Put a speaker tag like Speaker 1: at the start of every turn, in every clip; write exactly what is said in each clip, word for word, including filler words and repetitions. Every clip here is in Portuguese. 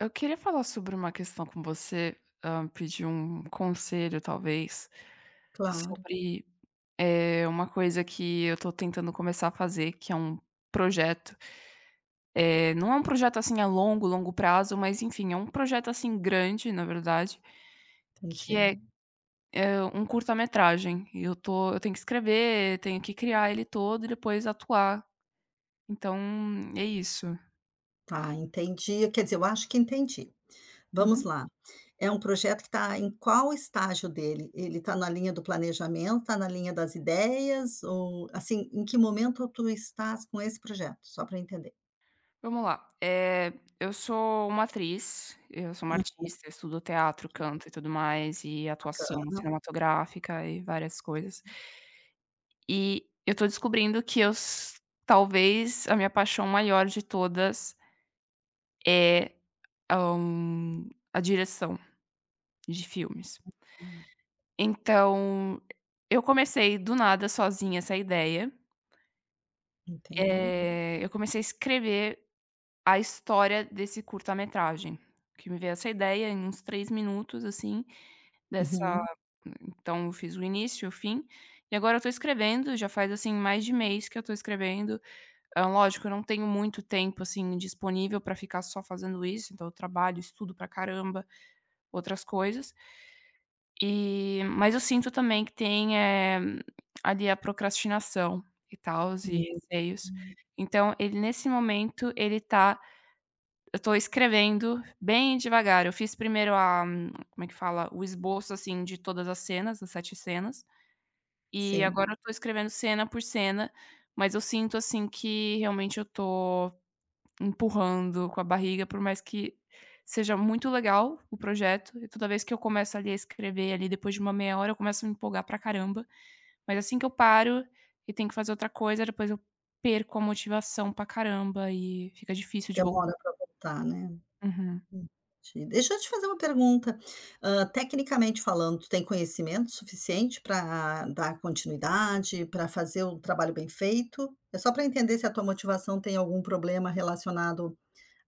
Speaker 1: Eu queria falar sobre uma questão com você, hã, pedir um conselho talvez,
Speaker 2: Claro,
Speaker 1: sobre, eh, uma coisa que eu tô tentando começar a fazer, que é um projeto. Eh, não é um projeto, assim, a longo, longo prazo, mas enfim, é um projeto, assim, grande na verdade, que é,
Speaker 2: entendi.
Speaker 1: eh, um curta-metragem e eu tô eu tenho que escrever, tenho que criar ele todo e depois atuar, então é isso.
Speaker 2: Tá, entendi. Quer dizer, eu acho que entendi. Vamos
Speaker 1: Uhum.
Speaker 2: lá. É um projeto que está em qual estágio dele? Ele está na linha do planejamento, está na linha das ideias ou, assim, em que momento tu estás com esse projeto? Só para entender.
Speaker 1: Vamos lá. Eh, eu sou uma atriz, eu sou uma artista, eu estudo teatro, canto e tudo mais, e atuação cinematográfica e várias coisas. E eu tô descobrindo que eu s talvez a minha paixão maior de todas é, hã, a direção de filmes.
Speaker 2: Uhum,
Speaker 1: Então, eu comecei do nada sozinha essa ideia.
Speaker 2: entendo.
Speaker 1: Eh, eu comecei a escrever a história desse curta-metragem, que me veio essa ideia em uns três minutos, assim, dessa
Speaker 2: Uhum,
Speaker 1: então eu fiz o início, o fim, e agora eu tô escrevendo, já faz, assim, mais de mês que eu tô escrevendo. Ah, lógico, eu não tenho muito tempo, assim, disponível pra ficar só fazendo isso, então eu trabalho, estudo pra caramba, outras coisas. E mas eu sinto também que tem, eh, ali a procrastinação e tal e
Speaker 2: hum,
Speaker 1: receios.
Speaker 2: hum.
Speaker 1: Então ele nesse momento ele tá, eu tô escrevendo bem devagar. Eu fiz primeiro a, como é que fala? O esboço, assim, de todas as cenas, as sete cenas, e
Speaker 2: Sim,
Speaker 1: agora eu tô escrevendo cena por cena, mas eu sinto, assim, que realmente eu tô empurrando com a barriga, por mais que seja muito legal o projeto, e toda vez que eu começo ali a escrever, ali, depois de uma meia hora, eu começo a me empolgar pra caramba, mas assim que eu paro e tenho que fazer outra coisa, depois eu perco a motivação pra caramba e fica difícil de
Speaker 2: demora
Speaker 1: voltar.
Speaker 2: para voltar, né?
Speaker 1: Uhum.
Speaker 2: Entendi. Deixa eu te fazer uma pergunta. Hã, tecnicamente falando, tu tem conhecimento suficiente para dar continuidade, para fazer o trabalho bem feito? É só para entender se a tua motivação tem algum problema relacionado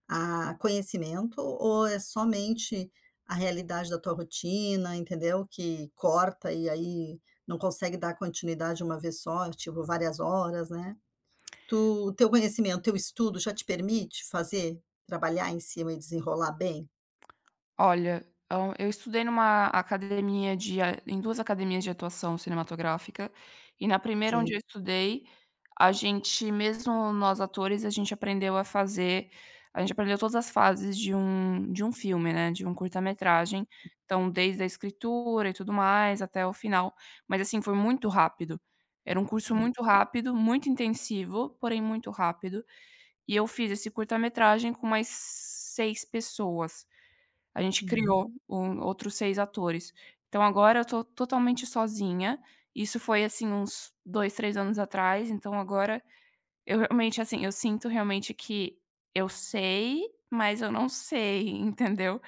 Speaker 2: a conhecimento ou é somente a realidade da tua rotina, entendeu, que corta e aí não consegue dar continuidade uma vez só, tipo, várias horas, né. Tu o teu conhecimento, teu estudo já te permite fazer, trabalhar em cima e desenrolar bem?
Speaker 1: Olha, hã, eu estudei numa academia de a em duas academias de atuação cinematográfica, e na primeira
Speaker 2: Sim,
Speaker 1: onde eu estudei, a gente mesmo, nós atores, a gente aprendeu a fazer a gente aprendeu todas as fases de um de um filme, né, de um curta-metragem, então desde a escritura e tudo mais até o final, mas assim, foi muito rápido. Era um curso
Speaker 2: hum,
Speaker 1: muito rápido, muito intensivo, porém muito rápido, e eu fiz esse curta-metragem com mais seis pessoas. A gente
Speaker 2: uhum.
Speaker 1: criou um, outros seis atores. Então agora eu tô totalmente sozinha. Isso foi, assim, uns dois, três anos atrás, então agora eu realmente, assim, eu sinto realmente que eu sei, mas eu não sei, entendeu,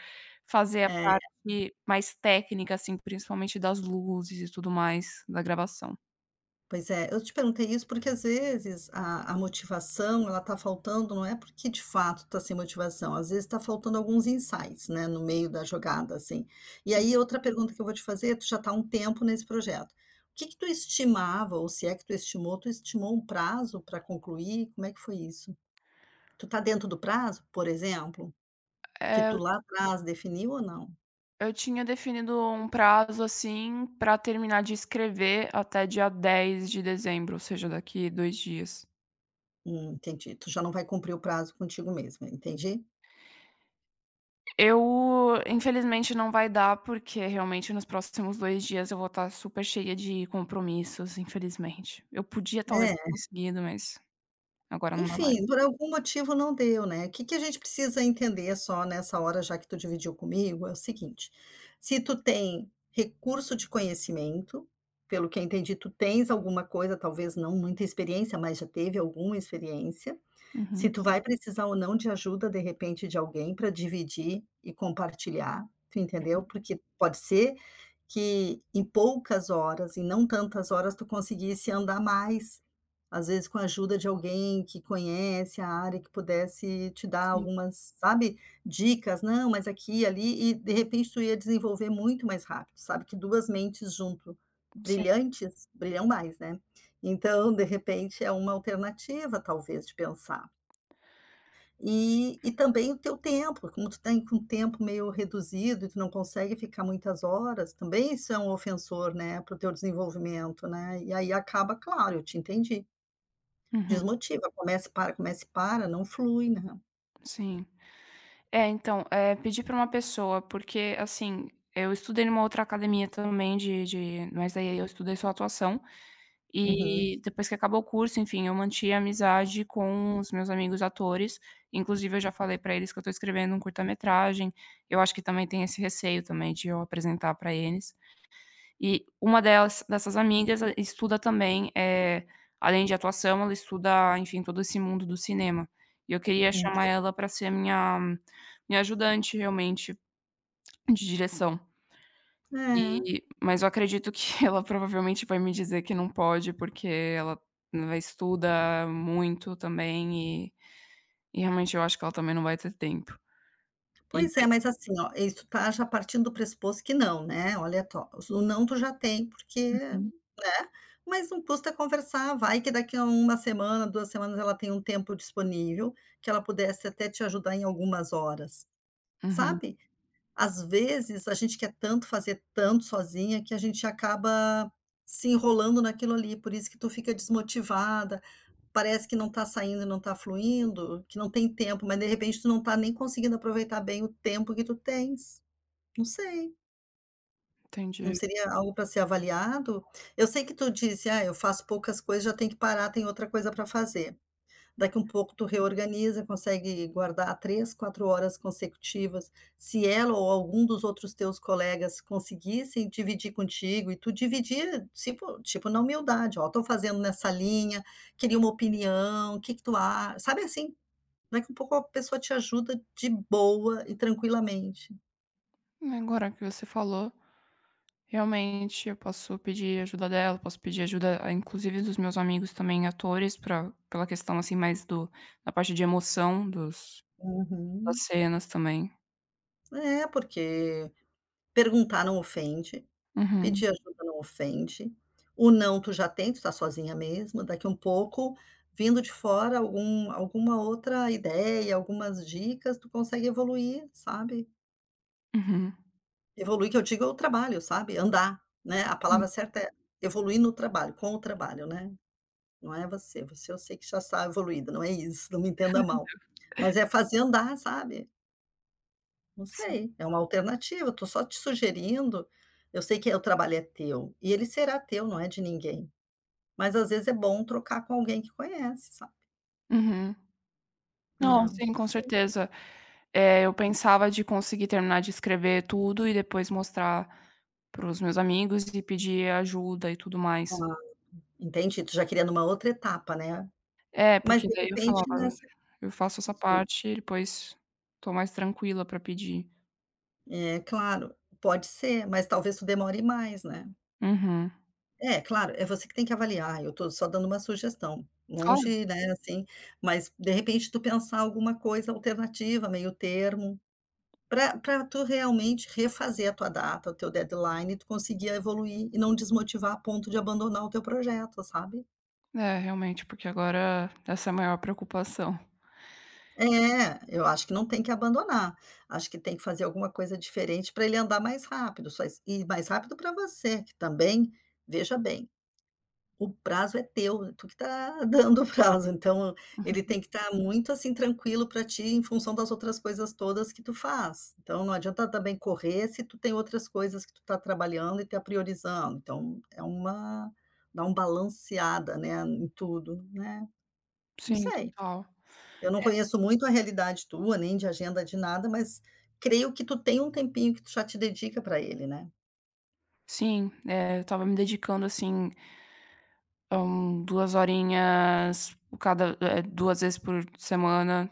Speaker 1: fazer a
Speaker 2: É,
Speaker 1: parte mais técnica, assim, principalmente das luzes e tudo mais, da gravação.
Speaker 2: pois é, eu te perguntei isso porque às vezes a a motivação ela tá faltando, não é porque de fato tá sem motivação, às vezes tá faltando alguns insights, né, no meio da jogada, assim. E aí outra pergunta que eu vou te fazer, tu já tá há um tempo nesse projeto. O que que tu estimava, ou se é que tu estimou, tu estimou um prazo para concluir? Como é que foi isso? Tu tá dentro do prazo, por exemplo, que tu
Speaker 1: É,
Speaker 2: lá atrás definiu ou não?
Speaker 1: eu tinha definido um prazo, assim, pra terminar de escrever até dia dez de dezembro, ou seja, daqui dois dias.
Speaker 2: Hum, entendi, tu já não vai cumprir o prazo contigo mesma, entendi.
Speaker 1: Eu, infelizmente, não vai dar, porque realmente nos próximos dois dias eu vou estar super cheia de compromissos, infelizmente. Eu podia talvez ter
Speaker 2: É.
Speaker 1: conseguido, mas agora não dá mais.
Speaker 2: Enfim, por algum motivo não deu, né. o Que que a gente precisa entender só nessa hora, já que tu dividiu comigo, é o seguinte: se tu tem recurso de conhecimento, pelo que eu entendi, tu tens alguma coisa, talvez não muita experiência, mas já teve alguma experiência. Se
Speaker 1: Uhum.
Speaker 2: tu vai precisar ou não de ajuda, de repente, de alguém para dividir e compartilhar, tu entendeu? Porque pode ser que em poucas horas, e não tantas horas, tu conseguisse andar mais, às vezes com a ajuda de alguém que conhece a área, que pudesse te dar
Speaker 1: Sim,
Speaker 2: algumas, sabe, dicas, não, mas aqui, ali, e de repente tu ia desenvolver muito mais rápido, sabe, que duas mentes junto,
Speaker 1: sim.
Speaker 2: brilhantes, brilham mais, né. Então, de repente, é uma alternativa, talvez, de pensar. E e também o teu tempo, como tu tem com um tempo meio reduzido e tu não consegue ficar muitas horas, também isso é um ofensor, né, para o teu desenvolvimento, né, e aí acaba claro, eu te entendi,
Speaker 1: Uhum.
Speaker 2: desmotiva, começa e para, começa e para, não flui, né.
Speaker 1: Sim. É, então, eh, pedi pra uma pessoa, porque, assim, eu estudei numa outra academia também de de mas daí eu estudei só atuação,
Speaker 2: Uhum,
Speaker 1: e depois que acabou o curso, enfim, eu mantive a amizade com os meus amigos atores, inclusive eu já falei pra eles que eu tô escrevendo um curta-metragem, eu acho que também tem esse receio também de eu apresentar pra eles. E uma delas, dessas amigas, ela estuda também, eh, além de atuação, ela estuda, enfim, todo esse mundo do cinema. E eu queria chamar
Speaker 2: enten
Speaker 1: ela pra ser minha minha ajudante, realmente, de direção.
Speaker 2: é.
Speaker 1: E mas eu acredito que ela provavelmente vai me dizer que não pode, porque ela ela estuda muito também e e realmente eu acho que ela também não vai ter tempo. E
Speaker 2: Pois é,
Speaker 1: daí
Speaker 2: mas assim, ó, isso tá já partindo do pressuposto que não, né, olha tó o não tu já tem, porque, né, mas não custa conversar, vai que daqui a uma semana, duas semanas ela tem um tempo disponível, que ela pudesse até te ajudar em algumas horas,
Speaker 1: uhum,
Speaker 2: sabe. Às vezes a gente quer tanto fazer tanto sozinha que a gente acaba se enrolando naquilo ali, por isso que tu fica desmotivada, parece que não está saindo, não está fluindo, que não tem tempo, mas de repente tu não está nem conseguindo aproveitar bem o tempo que tu tens. Não sei, não
Speaker 1: entendi.
Speaker 2: seria algo para ser avaliado? Eu sei que tu disse: "Ah, eu faço poucas coisas, já tenho que parar, tem outra coisa para fazer". Daqui um pouco tu reorganiza, consegue guardar três quatro horas consecutivas. Se ela ou algum dos outros teus colegas conseguissem dividir contigo e tu dividir, tipo tipo na humildade: "Ó, tô fazendo nessa linha, queria uma opinião, o que que tu a" sabe assim? Daqui um pouco a pessoa te ajuda de boa e tranquilamente.
Speaker 1: Agora que você falou, realmente, eu posso pedir ajuda dela, posso pedir ajuda, ah, inclusive dos meus amigos também atores pra, pela questão, assim, mais do da parte de emoção dos das
Speaker 2: Uhum.
Speaker 1: cenas também.
Speaker 2: É, porque perguntar não ofende,
Speaker 1: Uhum,
Speaker 2: pedir ajuda não ofende, o não tu já tem, tu tá sozinha mesmo, daqui um pouco, vindo de fora algum alguma outra ideia, algumas dicas, tu consegue evoluir, sabe?
Speaker 1: uhum.
Speaker 2: Evoluir que eu digo é o trabalho, sabe, andar, né, a
Speaker 1: Sim,
Speaker 2: palavra certa é evoluir no trabalho, com o trabalho, né, não é você, você eu sei que já está evoluída, não é isso, não me entenda mal. Mas é fazer andar, sabe, não
Speaker 1: sim.
Speaker 2: sei, é uma alternativa, eu tô só te sugerindo, eu sei que o trabalho é teu, e ele será teu, não é de ninguém, mas às vezes é bom trocar com alguém que conhece, sabe.
Speaker 1: Uhum.
Speaker 2: É,
Speaker 1: Não,
Speaker 2: não
Speaker 1: sim, com
Speaker 2: sei.
Speaker 1: certeza. Eh, eu pensava de conseguir terminar de escrever tudo e depois mostrar para os meus amigos e pedir ajuda e tudo mais.
Speaker 2: Ah, entendi, tu já queria numa outra etapa, né.
Speaker 1: É,
Speaker 2: Mas
Speaker 1: porque
Speaker 2: de
Speaker 1: daí eu
Speaker 2: repente
Speaker 1: falava:
Speaker 2: nessa
Speaker 1: "Eu faço essa parte e depois tô mais tranquila para pedir".
Speaker 2: É, claro, pode ser, mas talvez tu demore mais, né.
Speaker 1: Uhum.
Speaker 2: É, claro, é você que tem que avaliar, eu estou só dando uma sugestão,
Speaker 1: Claro.
Speaker 2: longe, né, assim, mas de repente tu pensar alguma coisa alternativa, meio termo, para pra tu realmente refazer a tua data, o teu deadline e tu conseguir evoluir e não desmotivar a ponto de abandonar o teu projeto, sabe.
Speaker 1: É, realmente, porque agora essa é a maior preocupação.
Speaker 2: É, eu acho que não tem que abandonar, acho que tem que fazer alguma coisa diferente para ele andar mais rápido, só isso e mais rápido para você, que também, veja bem, o prazo é teu, né, tu que tá dando o prazo, então ele tem que estar muito, assim, tranquilo para ti em função das outras coisas todas que tu faz. Então não adianta também correr se tu tem outras coisas que tu tá trabalhando e tá priorizando, então é uma dá um balanceada, né, em tudo, né. Não
Speaker 1: Sim,
Speaker 2: sei,
Speaker 1: total.
Speaker 2: eu não conheço muito a realidade tua, nem de agenda de nada, mas creio que tu tem um tempinho que tu já te dedica para ele, né.
Speaker 1: Sim, eh, eu estava me dedicando, assim, a um duas horinhas cada eh, duas vezes por semana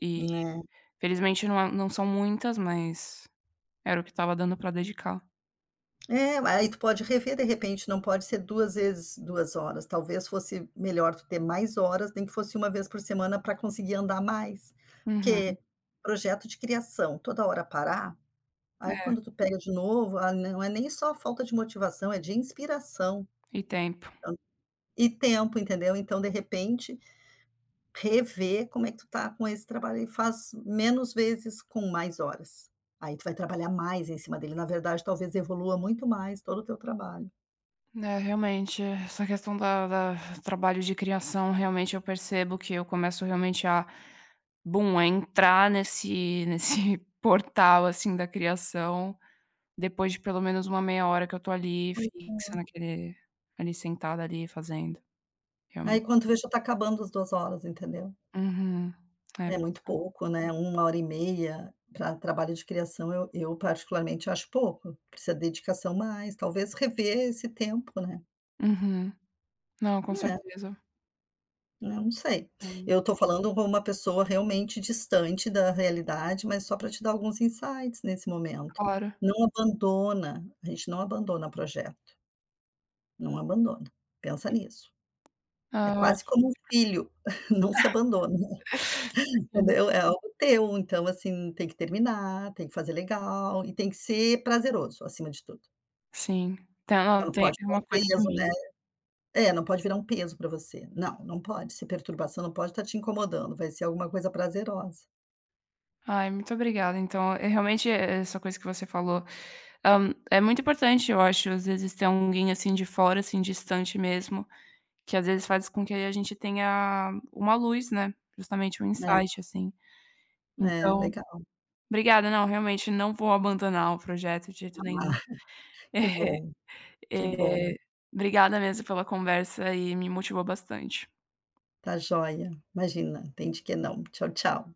Speaker 1: e,
Speaker 2: É.
Speaker 1: felizmente, não é não são muitas, mas era o que estava dando pra dedicar.
Speaker 2: É, aí tu pode rever de repente, não pode ser duas vezes duas horas, talvez fosse melhor tu ter mais horas, nem que fosse uma vez por semana para conseguir andar mais,
Speaker 1: Uhum.
Speaker 2: porque projeto de criação, toda hora parar, aí quando tu pega de novo, ah, não é nem só falta de motivação, é de inspiração
Speaker 1: E tempo.
Speaker 2: e tempo, entendeu. Então, de repente, rever como é que tu tá com esse trabalho e faz menos vezes com mais horas. Aí tu vai trabalhar mais em cima dele, na verdade talvez evolua muito mais todo o teu trabalho.
Speaker 1: É, realmente, essa questão da da trabalho de criação, realmente, eu percebo que eu começo realmente a bum, a entrar nesse nesse portal, assim, da criação. Depois de pelo menos uma meia hora que eu tô ali fixa naquele, ali sentada ali fazendo,
Speaker 2: Aí
Speaker 1: realmente.
Speaker 2: quando vê já tá acabando as duas horas, entendeu.
Speaker 1: Uhum. É,
Speaker 2: É
Speaker 1: pois
Speaker 2: muito
Speaker 1: é.
Speaker 2: pouco, né, uma hora e meia pra trabalho de criação eu eu particularmente acho pouco, precisa dedicação mais, talvez rever esse tempo, né.
Speaker 1: Uhum. Não, com
Speaker 2: É,
Speaker 1: certeza.
Speaker 2: né? Não sei.
Speaker 1: É,
Speaker 2: Eu tô falando com uma pessoa realmente distante da realidade, mas só pra te dar alguns insights nesse momento.
Speaker 1: claro.
Speaker 2: Não abandona, a gente não abandona projeto, não abandona, pensa nisso. É
Speaker 1: Ah, eu
Speaker 2: quase
Speaker 1: acho.
Speaker 2: como um filho, não se abandona.
Speaker 1: Sim,
Speaker 2: Entendeu? É algo teu, então, assim, tem que terminar, tem que fazer legal e tem que ser prazeroso, acima de tudo.
Speaker 1: sim. Tem
Speaker 2: Então,
Speaker 1: não,
Speaker 2: não
Speaker 1: tem
Speaker 2: pode
Speaker 1: é
Speaker 2: virar
Speaker 1: uma
Speaker 2: um
Speaker 1: coisa de
Speaker 2: peso,
Speaker 1: mim.
Speaker 2: né. É, não pode virar um peso para você. Não, não pode ser perturbação, não pode estar te incomodando, vai ser alguma coisa prazerosa.
Speaker 1: Ai, muito obrigada. Então, é realmente, é é essa coisa que você falou, hã, é muito importante, eu acho, às vezes, ter alguém, assim, de fora, assim, distante mesmo, que às vezes faz com que a gente tenha uma luz, né, justamente um insight, assim.
Speaker 2: É, é,
Speaker 1: Então,
Speaker 2: legal.
Speaker 1: obrigada. Não, realmente não vou abandonar o projeto de jeito nenhum.
Speaker 2: Ah, que bom, que bom.
Speaker 1: Eh, obrigada mesmo pela conversa e me motivou bastante.
Speaker 2: Tá joia. Imagina, tem de que não. Tchau, tchau.